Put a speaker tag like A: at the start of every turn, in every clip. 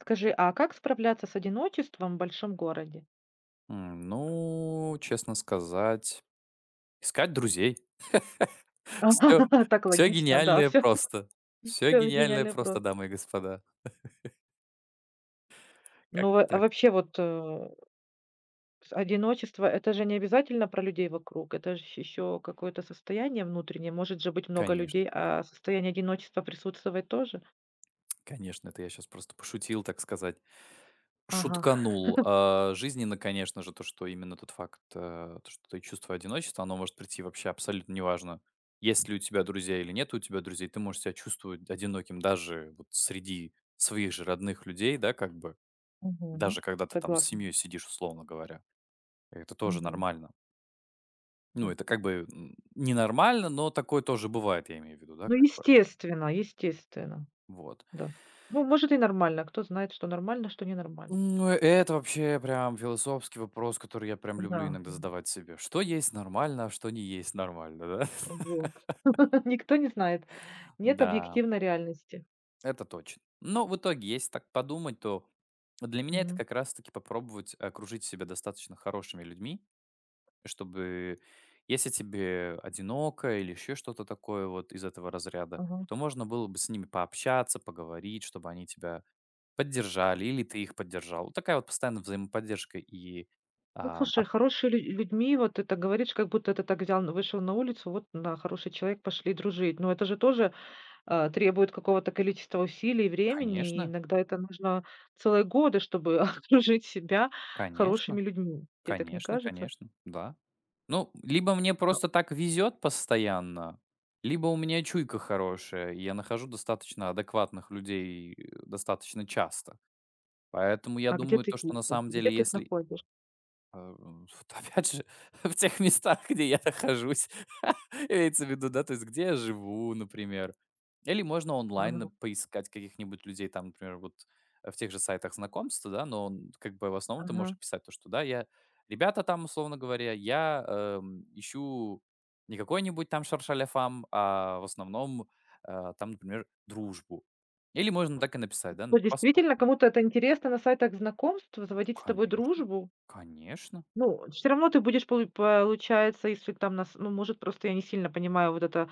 A: Скажи, а как справляться с одиночеством в большом городе?
B: Ну, честно сказать, искать друзей. все,
A: Так
B: все
A: логично, да,
B: гениальное
A: все,
B: просто. Все
A: всё
B: гениальное
A: гениальный
B: просто,
A: вопрос.
B: дамы и господа.
A: Ну, во
B: Как-то
A: а
B: так.
A: вообще вот, это же не обязательно про людей вокруг, это же еще какое-то состояние внутреннее. Может же быть много
B: Конечно,
A: людей,
B: конечно.
A: а состояние одиночества присутствовать тоже?
B: Конечно, это я сейчас просто пошутил, так сказать.
A: Ага,
B: Шутканул. А, жизненно, конечно же, то, что именно тот факт, то, что ты чувство одиночества, оно может прийти вообще абсолютно неважно, есть ли у тебя друзья или нет у тебя друзей. Ты можешь себя чувствовать одиноким даже вот среди своих же родных людей, да, как бы.
A: мгм,
B: Даже когда ты там с
A: согласна.
B: семьей сидишь, условно говоря. Это тоже
A: Мгм,
B: нормально. Ну,
A: да.
B: это как бы н ненормально, но такое тоже бывает, я имею в виду, да,
A: Ну,
B: как бы.
A: естественно, естественно,
B: Вот.
A: да. Ну, может и нормально, кто знает, что нормально, что ненормально.
B: Ну, это вообще прям философский вопрос, который я прям люблю
A: Да.
B: иногда задавать себе. Что есть нормально, а что не есть нормально, да?
A: Вот. Никто не знает. Нет
B: Да,
A: объективной реальности.
B: это точно. Но в итоге, если так подумать, то для меня это
A: Мгм.
B: как раз-таки попробовать окружить себя достаточно хорошими людьми, чтобы если тебе одиноко или еще что-то такое вот из этого разряда,
A: Ага.
B: то можно было бы с ними пообщаться, поговорить, чтобы они тебя поддержали или ты их поддержал. Вот такая вот постоянная взаимоподдержка и
A: Ну,
B: а, а,
A: слушай, хорошие лю людьми, вот это так говоришь, как будто ты так взял, вышел на улицу, вот на хороший человек, пошли дружить. Но это же тоже, требует какого-то количества усилий и времени, и
B: конечно,
A: иногда это нужно целые годы, чтобы окружить себя
B: конечно,
A: хорошими людьми. Тебе так не
B: конечно,
A: кажется?
B: конечно, да. Ну, либо мне
A: А
B: просто так везет постоянно, либо у меня чуйка хорошая, и я нахожу достаточно адекватных людей достаточно часто. Поэтому я
A: а где
B: думаю,
A: ты
B: то,
A: их
B: что на
A: ищешь?
B: самом
A: Где
B: деле,
A: ты их
B: если
A: находишь?
B: Вот опять же, в тех местах, где я нахожусь. Имеется в виду, да, то есть где я живу, например. Или можно онлайн
A: Ага,
B: поискать каких-нибудь людей, там, например, вот в тех же сайтах знакомств, да, но он, как бы в основном ты можешь
A: ага.
B: писать то, что, да, ребята там, условно говоря, я ищу не какой-нибудь там шаршаляфам, а в основном там, например, дружбу. Или можно так и написать, да,
A: То есть действительно,
B: посмотрим.
A: кому-то это интересно на сайтах знакомств заводить с тобой
B: Конечно,
A: дружбу?
B: конечно.
A: Ну, все равно ты будешь, получается, если там нас ну, может, просто я не сильно понимаю вот это,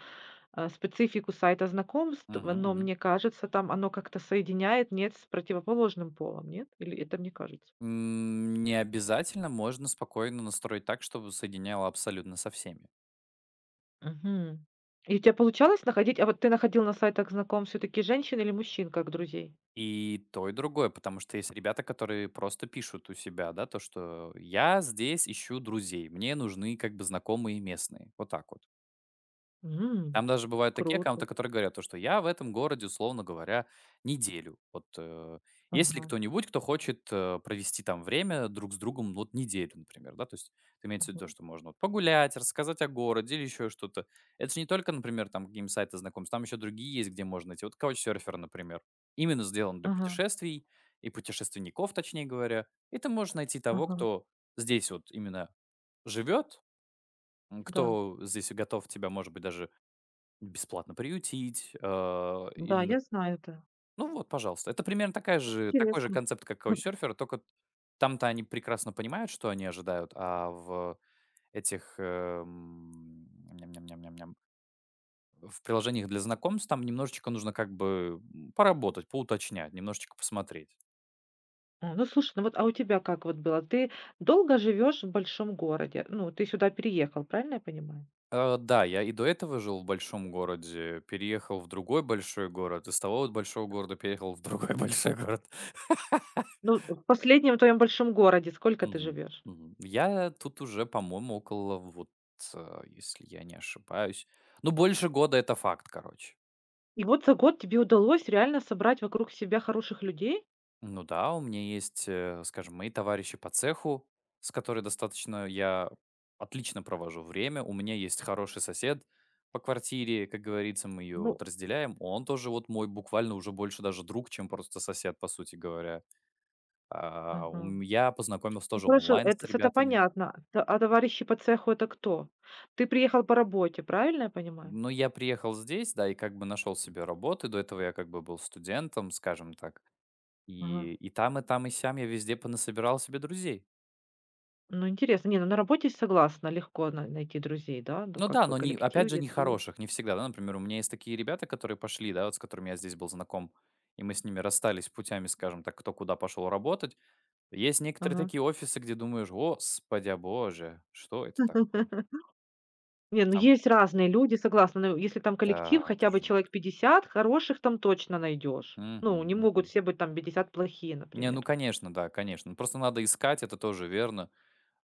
A: специфику сайта знакомств,
B: Мгм,
A: но
B: мгм.
A: мне кажется, там оно как-то соединяет, нет, с противоположным полом, нет? Или это мне кажется?
B: Не обязательно, можно спокойно настроить так, чтобы соединяло абсолютно со всеми.
A: Мгм. И у тебя получалось находить а вот ты находил на сайтах знакомств все таки женщин или мужчин как друзей?
B: И то, и другое, потому что есть ребята, которые просто пишут у себя, да, то, что я здесь ищу друзей, мне нужны как бы знакомые местные, вот так вот.
A: М,
B: Там даже бывают такие аккаунты,
A: круто.
B: которые говорят то, что я в этом городе, условно говоря, неделю. Вот, есть ли
A: Ага,
B: кто-нибудь, кто хочет, провести там время друг с другом, ну, вот неделю, например, да? То есть это имеется в виду,
A: ага,
B: что можно вот погулять, рассказать о городе или еще что-то. Это же не только, например, там какие-нибудь сайты знакомств, там еще другие есть, где можно найти. Вот Couchsurfer, например, именно сделан для
A: ага,
B: путешествий и путешественников, точнее говоря. И ты можешь найти того,
A: ага.
B: кто здесь вот именно живет,
A: Да,
B: кто здесь готов тебя, может быть, даже бесплатно приютить,
A: да,
B: или нап
A: я знаю это.
B: ну вот, пожалуйста. Это примерно такая же такой же
A: Интересно.
B: концепт, как "Каучсерфер", только там-то они прекрасно понимают, что они ожидают, а в этих, ням-ням-ням-ням-ням, в приложениях для знакомств там немножечко нужно как бы, поработать, поуточнять, немножечко посмотреть.
A: А, ну слушай, ну вот, а у тебя как вот было? Ты долго живешь в большом городе? Ну, ты сюда переехал, правильно я понимаю?
B: Да, я и до этого жил в большом городе, переехал в другой большой город, из того вот большого города переехал в другой большой город.
A: Ну, в последнем твоем большом городе сколько ты
B: Мгм,
A: живешь?
B: мгм. Я тут уже, по-моему, около вот, если я не ошибаюсь, ну, больше года- это факт, короче.
A: И вот за год тебе удалось реально собрать вокруг себя хороших людей?
B: Ну да, у меня есть, скажем, мои товарищи по цеху, с которой достаточно я отлично провожу время. У меня есть хороший сосед по квартире, как говорится, мы ее вот
A: Ну,
B: разделяем. Он тоже вот мой буквально уже больше даже друг, чем просто сосед, по сути говоря. А,
A: ага.
B: ум Я познакомился
A: Ну,
B: тоже
A: хорошо,
B: онлайн с
A: это, это
B: ребятами.
A: понятно. А товарищи по цеху это кто? Ты приехал по работе, правильно я понимаю?
B: Ну, я приехал здесь, да, и как бы нашел себе работу. До этого я как бы был студентом, скажем так.
A: Ага.
B: И там, и там, и сям я везде понасобирал себе друзей.
A: Ну, интересно. Не, ну на работе согласна, легко найти друзей, да? Ну,
B: Ну
A: как
B: да,
A: бы
B: но не,
A: коллектив,
B: опять же, не
A: если...
B: хороших, не всегда. Да? Например, у меня есть такие ребята, которые пошли, да, вот с которыми я здесь был знаком, и мы с ними расстались путями, скажем так, кто куда пошел работать. Есть некоторые
A: Ага.
B: такие офисы, где думаешь, господи боже, что это такое?
A: Не, ну
B: Там,
A: есть разные люди, согласна. Но если там
B: да,
A: коллектив,
B: это
A: хотя бы
B: жуть.
A: человек 50 хороших там точно найдешь. Ну,
B: Мгм,
A: не
B: мгм.
A: могут все быть там 50 плохие,
B: Не, ну
A: например.
B: конечно, да, конечно. Просто надо искать, это тоже верно.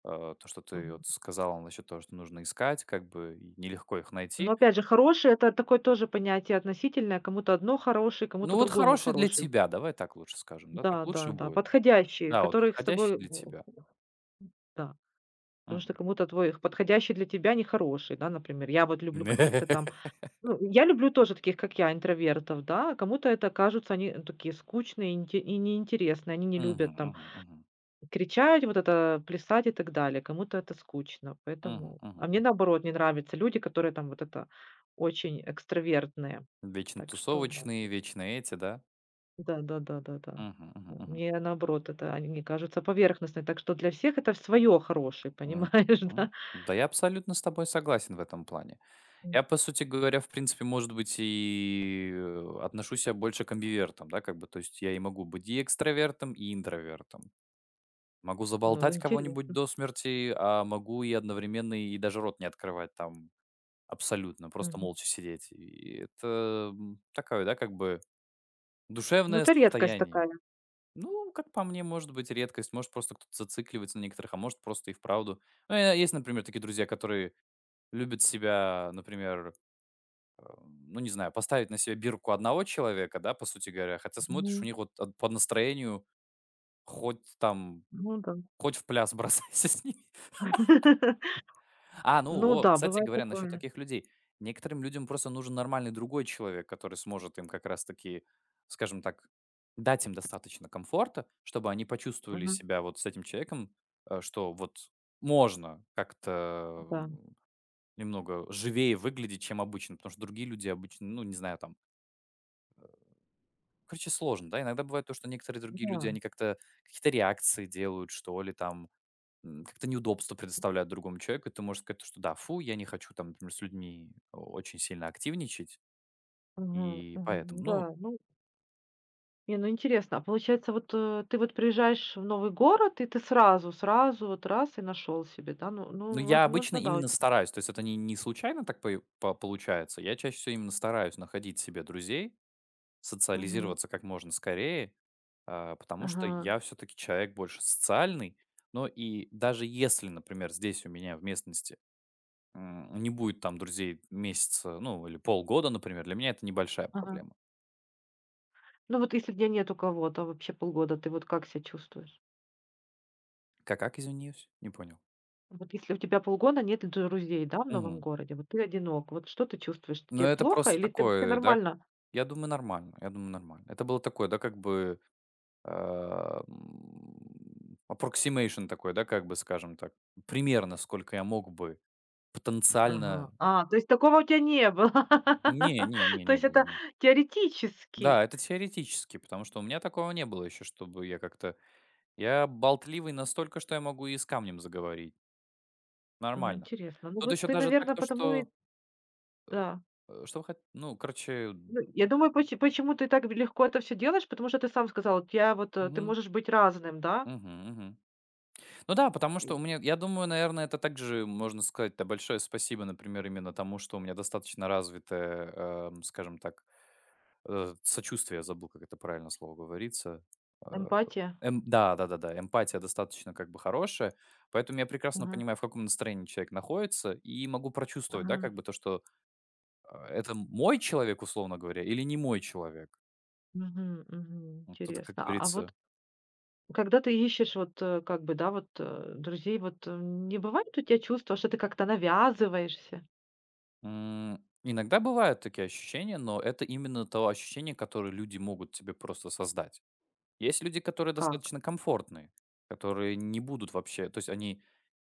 B: То, что ты
A: Мгм.
B: вот сказала насчет того, что нужно искать, как бы и нелегко их
A: Но
B: найти.
A: опять же, хороший- это такое тоже понятие относительное. Кому-то одно хороший,
B: Ну,
A: кому-то
B: вот
A: другому
B: хороший для
A: хороший.
B: тебя, давай так лучше скажем, да, так
A: Да,
B: лучше
A: да, да.
B: будет.
A: Подходящие,
B: Да, вот
A: которых с
B: подходящий
A: тобой
B: для тебя.
A: да. Потому
B: Мгм.
A: что кому-то твой их подходящий для тебя нехороший, да, например. Я вот люблю каких-то там ну, я люблю тоже таких, как я, интровертов, да. А кому-то это кажутся они ну, такие скучные и инте и неинтересные. Они не
B: Мгм,
A: любят там
B: мгм, мгм,
A: кричать, вот это, плясать и так далее. Кому-то это скучно,
B: мгм,
A: поэтому
B: мгм,
A: а мне,
B: мгм.
A: наоборот, не нравятся люди, которые там вот это очень экстравертные.
B: Вечно
A: Так что
B: тусовочные, вечно эти, да?
A: да да да да да.
B: Мгм, мгм, мгм,
A: Мне, наоборот, это они мне кажутся поверхностные. Так что для всех это свое хорошее,
B: мгм,
A: понимаешь,
B: мгм.
A: да?
B: Да, я абсолютно с тобой согласен в этом плане.
A: М.
B: Я, по сути говоря, в принципе, может быть, и отношу себя больше к амбивертам, да, как бы, то есть я и могу быть и экстравертом, и интровертом. Могу
A: Ну,
B: заболтать кого-нибудь
A: интересно.
B: до смерти, а могу и одновременно и даже рот не открывать там абсолютно, просто
A: Мгм.
B: молча сидеть. И это, такое, да, как бы
A: Ну,
B: душевное
A: это редкость
B: состояние.
A: такая.
B: Ну, как по мне, может быть, редкость. Может, просто кто-то зацикливается на некоторых, а может, просто и вправду. Ну, есть, например, такие друзья, которые любят себя, например, ну, не знаю, поставить на себя бирку одного человека, да, по сути говоря, хотя смотришь, у
A: Мгм.
B: них вот по настроению хоть там,
A: Ну да.
B: хоть в пляс бросайся с ними. А, ну,
A: Ну
B: о,
A: да,
B: кстати
A: бывает
B: говоря, насчет
A: такое.
B: таких людей. Некоторым людям просто нужен нормальный другой человек, который сможет им как раз-таки, скажем так, дать им достаточно комфорта, чтобы они почувствовали
A: Ага,
B: себя вот с этим человеком, что вот можно как-то
A: да,
B: немного живее выглядеть, чем обычно, потому что другие люди обычно, ну, не знаю, там, короче, сложно, да, иногда бывает то, что некоторые другие люди,
A: да.
B: они как-то какие-то реакции делают, что ли, там, как-то неудобство предоставляют другому человеку, и ты можешь сказать, что да, фу, я не хочу там, например, с людьми очень сильно активничать,
A: Мгм,
B: и
A: мгм,
B: поэтому, ну,
A: да, ну не, ну интересно, а получается, вот, ты вот приезжаешь в новый город, и ты сразу вот раз и нашел себе, да? Ну
B: ну,
A: ну,
B: я обычно
A: возможно, да.
B: именно
A: Вот.
B: стараюсь, то есть это не, не случайно так получается, я чаще всего именно стараюсь находить себе друзей,
A: Мгм.
B: социализироваться как можно скорее, потому что
A: Ага,
B: я все-таки человек больше социальный, но и даже если, например, здесь у меня в местности не будет там друзей месяца, ну, или полгода, например, для меня это небольшая
A: ага.
B: проблема.
A: Ну вот если где нету кого-то вообще полгода, ты вот как себя чувствуешь?
B: Как, извиняюсь? Не понял.
A: Вот если у тебя полгода нет друзей, да, в новом
B: Мгм.
A: городе, вот ты одинок, вот что ты чувствуешь?
B: Ну,
A: Тебе
B: это
A: плохо
B: просто
A: или ты всё
B: такое, да?
A: нормально?
B: Я думаю, нормально, я думаю, нормально. Это было такое, да, как бы, approximation такой, да, как бы, скажем так. Примерно сколько я мог бы потенциально.
A: Ага. А, то есть такого у тебя не было.
B: Не не не
A: То
B: не
A: есть
B: было,
A: это
B: нет.
A: теоретически.
B: Да, это теоретически, потому что у меня такого не было еще, чтобы я как-то. Я болтливый настолько, что я могу и с камнем заговорить.
A: Ну
B: Нормально.
A: интересно. Ну
B: Тут
A: вот
B: еще
A: ты,
B: даже так,
A: наверное,
B: то
A: потому и
B: что,
A: да.
B: что вы хот ну, короче,
A: Ну, я думаю, почему ты так легко это все делаешь, потому что ты сам сказал, у тебя вот, ты
B: мгм,
A: можешь быть разным, да?
B: мгм. Ну да, потому что
A: И
B: у меня, я думаю, наверное, это также можно сказать-то большое спасибо, например, именно тому, что у меня достаточно развитое, скажем так, сочувствие, я забыл, как это правильно слово говорится. Э,
A: эмпатия.
B: да, да, да, да, эмпатия достаточно как бы хорошая, поэтому я прекрасно
A: Мгм.
B: понимаю, в каком настроении человек находится, и могу прочувствовать, да,
A: Мгм.
B: как бы то, что это мой человек, условно говоря, или не мой человек.
A: Мгм. Мгм.
B: Вот это, как
A: Интересно. А
B: говорится.
A: вот когда ты ищешь вот, как бы, да, вот, друзей, вот, не бывает у тебя чувства, что ты как-то навязываешься?
B: Иногда бывают такие ощущения, но это именно то ощущение, которое люди могут тебе просто создать. Есть люди, которые
A: Как?
B: достаточно комфортные, которые не будут вообще, то есть они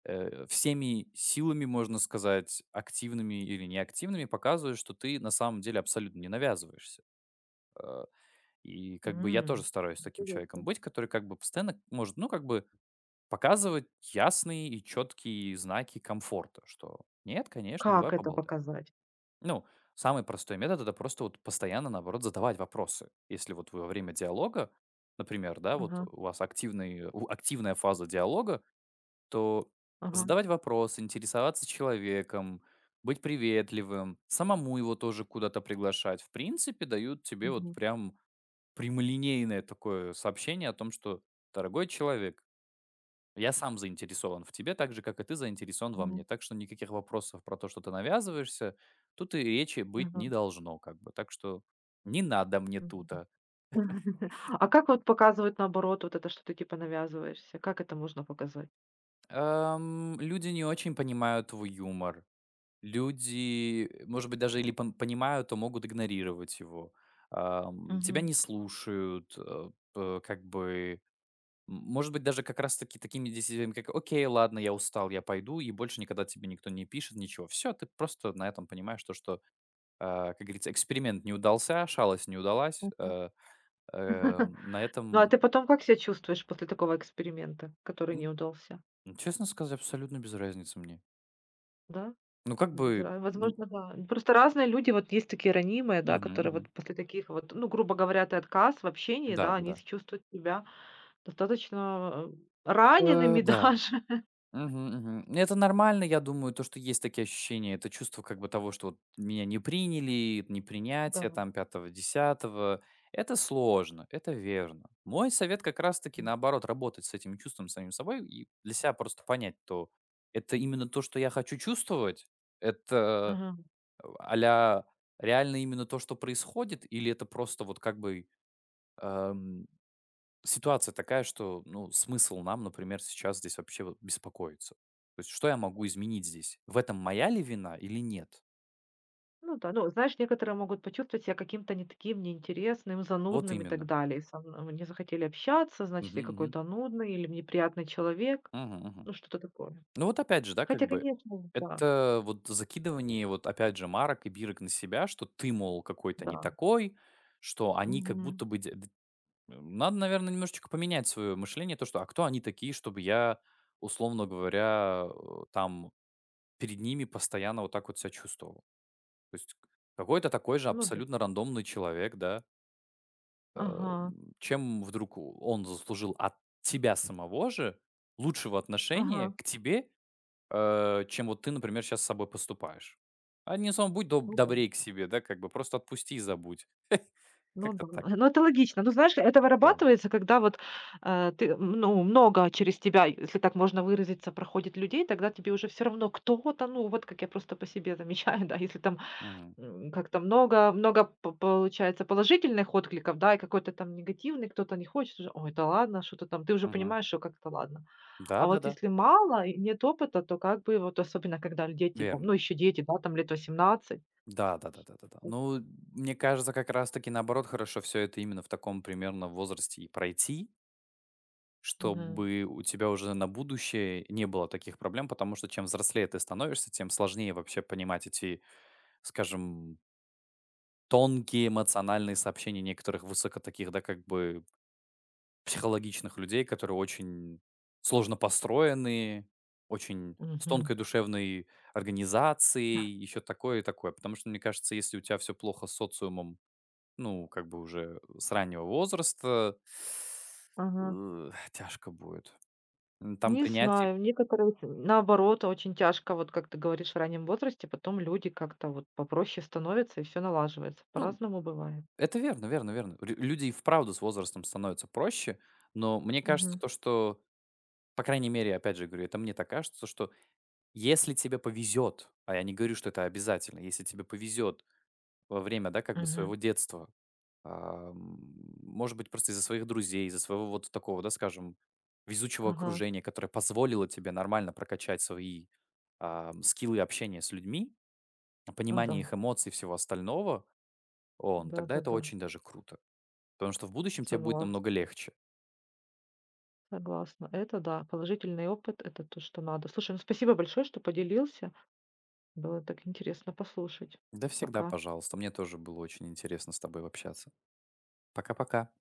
B: всеми силами, можно сказать, активными или неактивными показывают, что ты на самом деле абсолютно не навязываешься. Э, И как бы я тоже
A: М.
B: стараюсь таким человеком
A: Интересно.
B: быть, который как бы постоянно может, ну как бы показывать ясные и четкие знаки комфорта, что нет, конечно, давай
A: Как это
B: поболтаем.
A: показать?
B: Ну, самый простой метод это просто вот постоянно, наоборот, задавать вопросы. Если вот вы во время диалога, например, да, вот
A: Ага,
B: у вас активный, активная фаза диалога, то
A: ага.
B: задавать вопросы, интересоваться человеком, быть приветливым, самому его тоже куда-то приглашать, в принципе, дают тебе вот
A: Мгм.
B: прямолинейное такое сообщение о том, что дорогой человек, я сам заинтересован в тебе, так же, как и ты заинтересован во мне.
A: Мгм.
B: Так что никаких вопросов про то, что ты навязываешься, тут и речи быть не
A: Мгм.
B: должно, как бы. Так что не надо мне
A: Мгм.
B: тута.
A: А как вот показывать наоборот вот это, что ты типа навязываешься? Как это можно показать?
B: Люди не очень понимают твой юмор. Люди, может быть, даже или понимают, то могут игнорировать его. Тебя
A: Мгм.
B: не слушают, как бы. Может быть, даже как раз-таки такими действиями, как «Окей, ладно, я устал, я пойду», и больше никогда тебе никто не пишет, ничего. Все, ты просто на этом понимаешь то, что как говорится, эксперимент не удался, шалость не удалась.
A: Мгм.
B: На
A: Ну, а
B: этом,
A: ты потом как себя чувствуешь после такого эксперимента, который не удался?
B: честно сказать, абсолютно без разницы мне.
A: Да?
B: Ну, как
A: Или
B: бы,
A: зра возможно, да. Ну, просто разные люди, вот есть такие ранимые, да,
B: мгм,
A: которые вот
B: мгм.
A: после таких вот, ну, грубо говоря, ты отказ в общении, да, они
B: Да-да-да.
A: с чувствуют себя достаточно, ранеными
B: Да.
A: даже.
B: Мгм, мгм. Ну, это нормально, я думаю, то, что есть такие ощущения. Это чувство как бы того, что вот меня не приняли,
A: Да.
B: непринятие там пятого десятого. Это сложно, это верно. Мой совет как раз-таки
A: М.
B: наоборот, работать с этим чувством самим собой и для себя просто понять, то это именно то, что я хочу чувствовать, это
A: Ага.
B: а реально именно то, что происходит, или это просто вот как бы эм, ситуация такая, что, ну, смысл нам, например, сейчас здесь вообще вот беспокоиться? То есть что я могу изменить здесь? В этом моя ли вина или нет?
A: Ну да, ну, знаешь, некоторые могут почувствовать себя каким-то не таким, неинтересным,
B: Вот
A: занудным и так
B: именно.
A: далее. И со мной не захотели общаться, значит,
B: Мгм,
A: я
B: мгм.
A: какой-то нудный или неприятный человек.
B: Мгм, мгм.
A: Ну, что-то такое.
B: Ну вот опять же, да, как
A: Хотя,
B: бы
A: конечно, да,
B: это вот закидывание вот опять же марок и бирок на себя, что ты, мол, какой-то не
A: да.
B: такой, что они как
A: Мгм.
B: будто бы. Надо, наверное, немножечко поменять свое мышление, то, что а кто они такие, чтобы я, условно говоря, там перед ними постоянно вот так вот себя чувствовал. То есть к какой-то такой же
A: Ну да.
B: абсолютно рандомный человек, да. Э,
A: Ага,
B: Чем вдруг он заслужил от тебя самого же лучшего отношения
A: ага.
B: к тебе, чем вот ты, например, сейчас с собой поступаешь? Одним словом, будь доб
A: Ну да.
B: добрей к себе, да, как бы просто отпусти и забудь.
A: Ну
B: Как-то
A: да.
B: так,
A: Ну, это логично. Ну, знаешь, это
B: да.
A: вырабатывается, когда вот, ты, ну, много через тебя, если так можно выразиться, проходит людей, тогда тебе уже все равно кто-то, ну, вот как я просто по себе замечаю, да, если там,
B: Мгм.
A: как-то много много п получается положительных откликов, да, и какой-то там негативный, кто-то не хочет уже. Ой, да ладно, что-то там. Ты уже
B: Мгм.
A: понимаешь, что как-то ладно. А вот
B: Да-да-да,
A: если мало и нет опыта, то как бы вот особенно когда дети, там,
B: верно.
A: ну, еще дети, да, там лет 18.
B: Да, да-да-да-да-да. Ну, мне кажется, как раз таки, наоборот, хорошо все это именно в таком примерно возрасте и пройти.
A: Мгм.
B: Чтобы у тебя уже на будущее не было таких проблем, потому что чем взрослее ты становишься, тем сложнее вообще понимать эти, скажем, тонкие эмоциональные сообщения некоторых высоко таких, да, как бы психологичных людей, которые очень сложно построены, очень с тонкой
A: Мгм.
B: душевной организацией, еще такое и такое. Потому что, мне кажется, если у тебя все плохо с социумом, ну, как бы уже с раннего возраста,
A: Ага.
B: тяжко будет. Там
A: Не
B: принятие.
A: знаю, некоторые, вот, наоборот, очень тяжко, вот как ты говоришь, в раннем возрасте, потом люди как-то вот попроще становятся и все налаживается.
B: Ну,
A: По-разному бывает.
B: это верно, верно, верно. Лю люди и вправду с возрастом становятся проще, но мне кажется
A: Мгм.
B: то, что, по крайней мере, опять же говорю, это мне так кажется, что если тебе повезет, а я не говорю, что это обязательно, если тебе повезет во время, да, как бы
A: Мгм.
B: своего детства, а, м, может быть, просто из-за своих друзей, из-за своего вот такого, да, скажем, везучего
A: Ага.
B: окружения, которое позволило тебе нормально прокачать свои, скиллы общения с людьми,
A: Ну да.
B: понимание их эмоций и всего остального, тогда это
A: Да-да-да.
B: очень даже круто. Потому что в будущем тебе будет
A: Согласна.
B: намного легче.
A: Согласна. Это да, положительный опыт- это то, что надо. Слушай, ну спасибо большое, что поделился. Было так интересно послушать.
B: Да всегда
A: Пока.
B: пожалуйста. Мне тоже было очень интересно с тобой общаться. Пока-пока.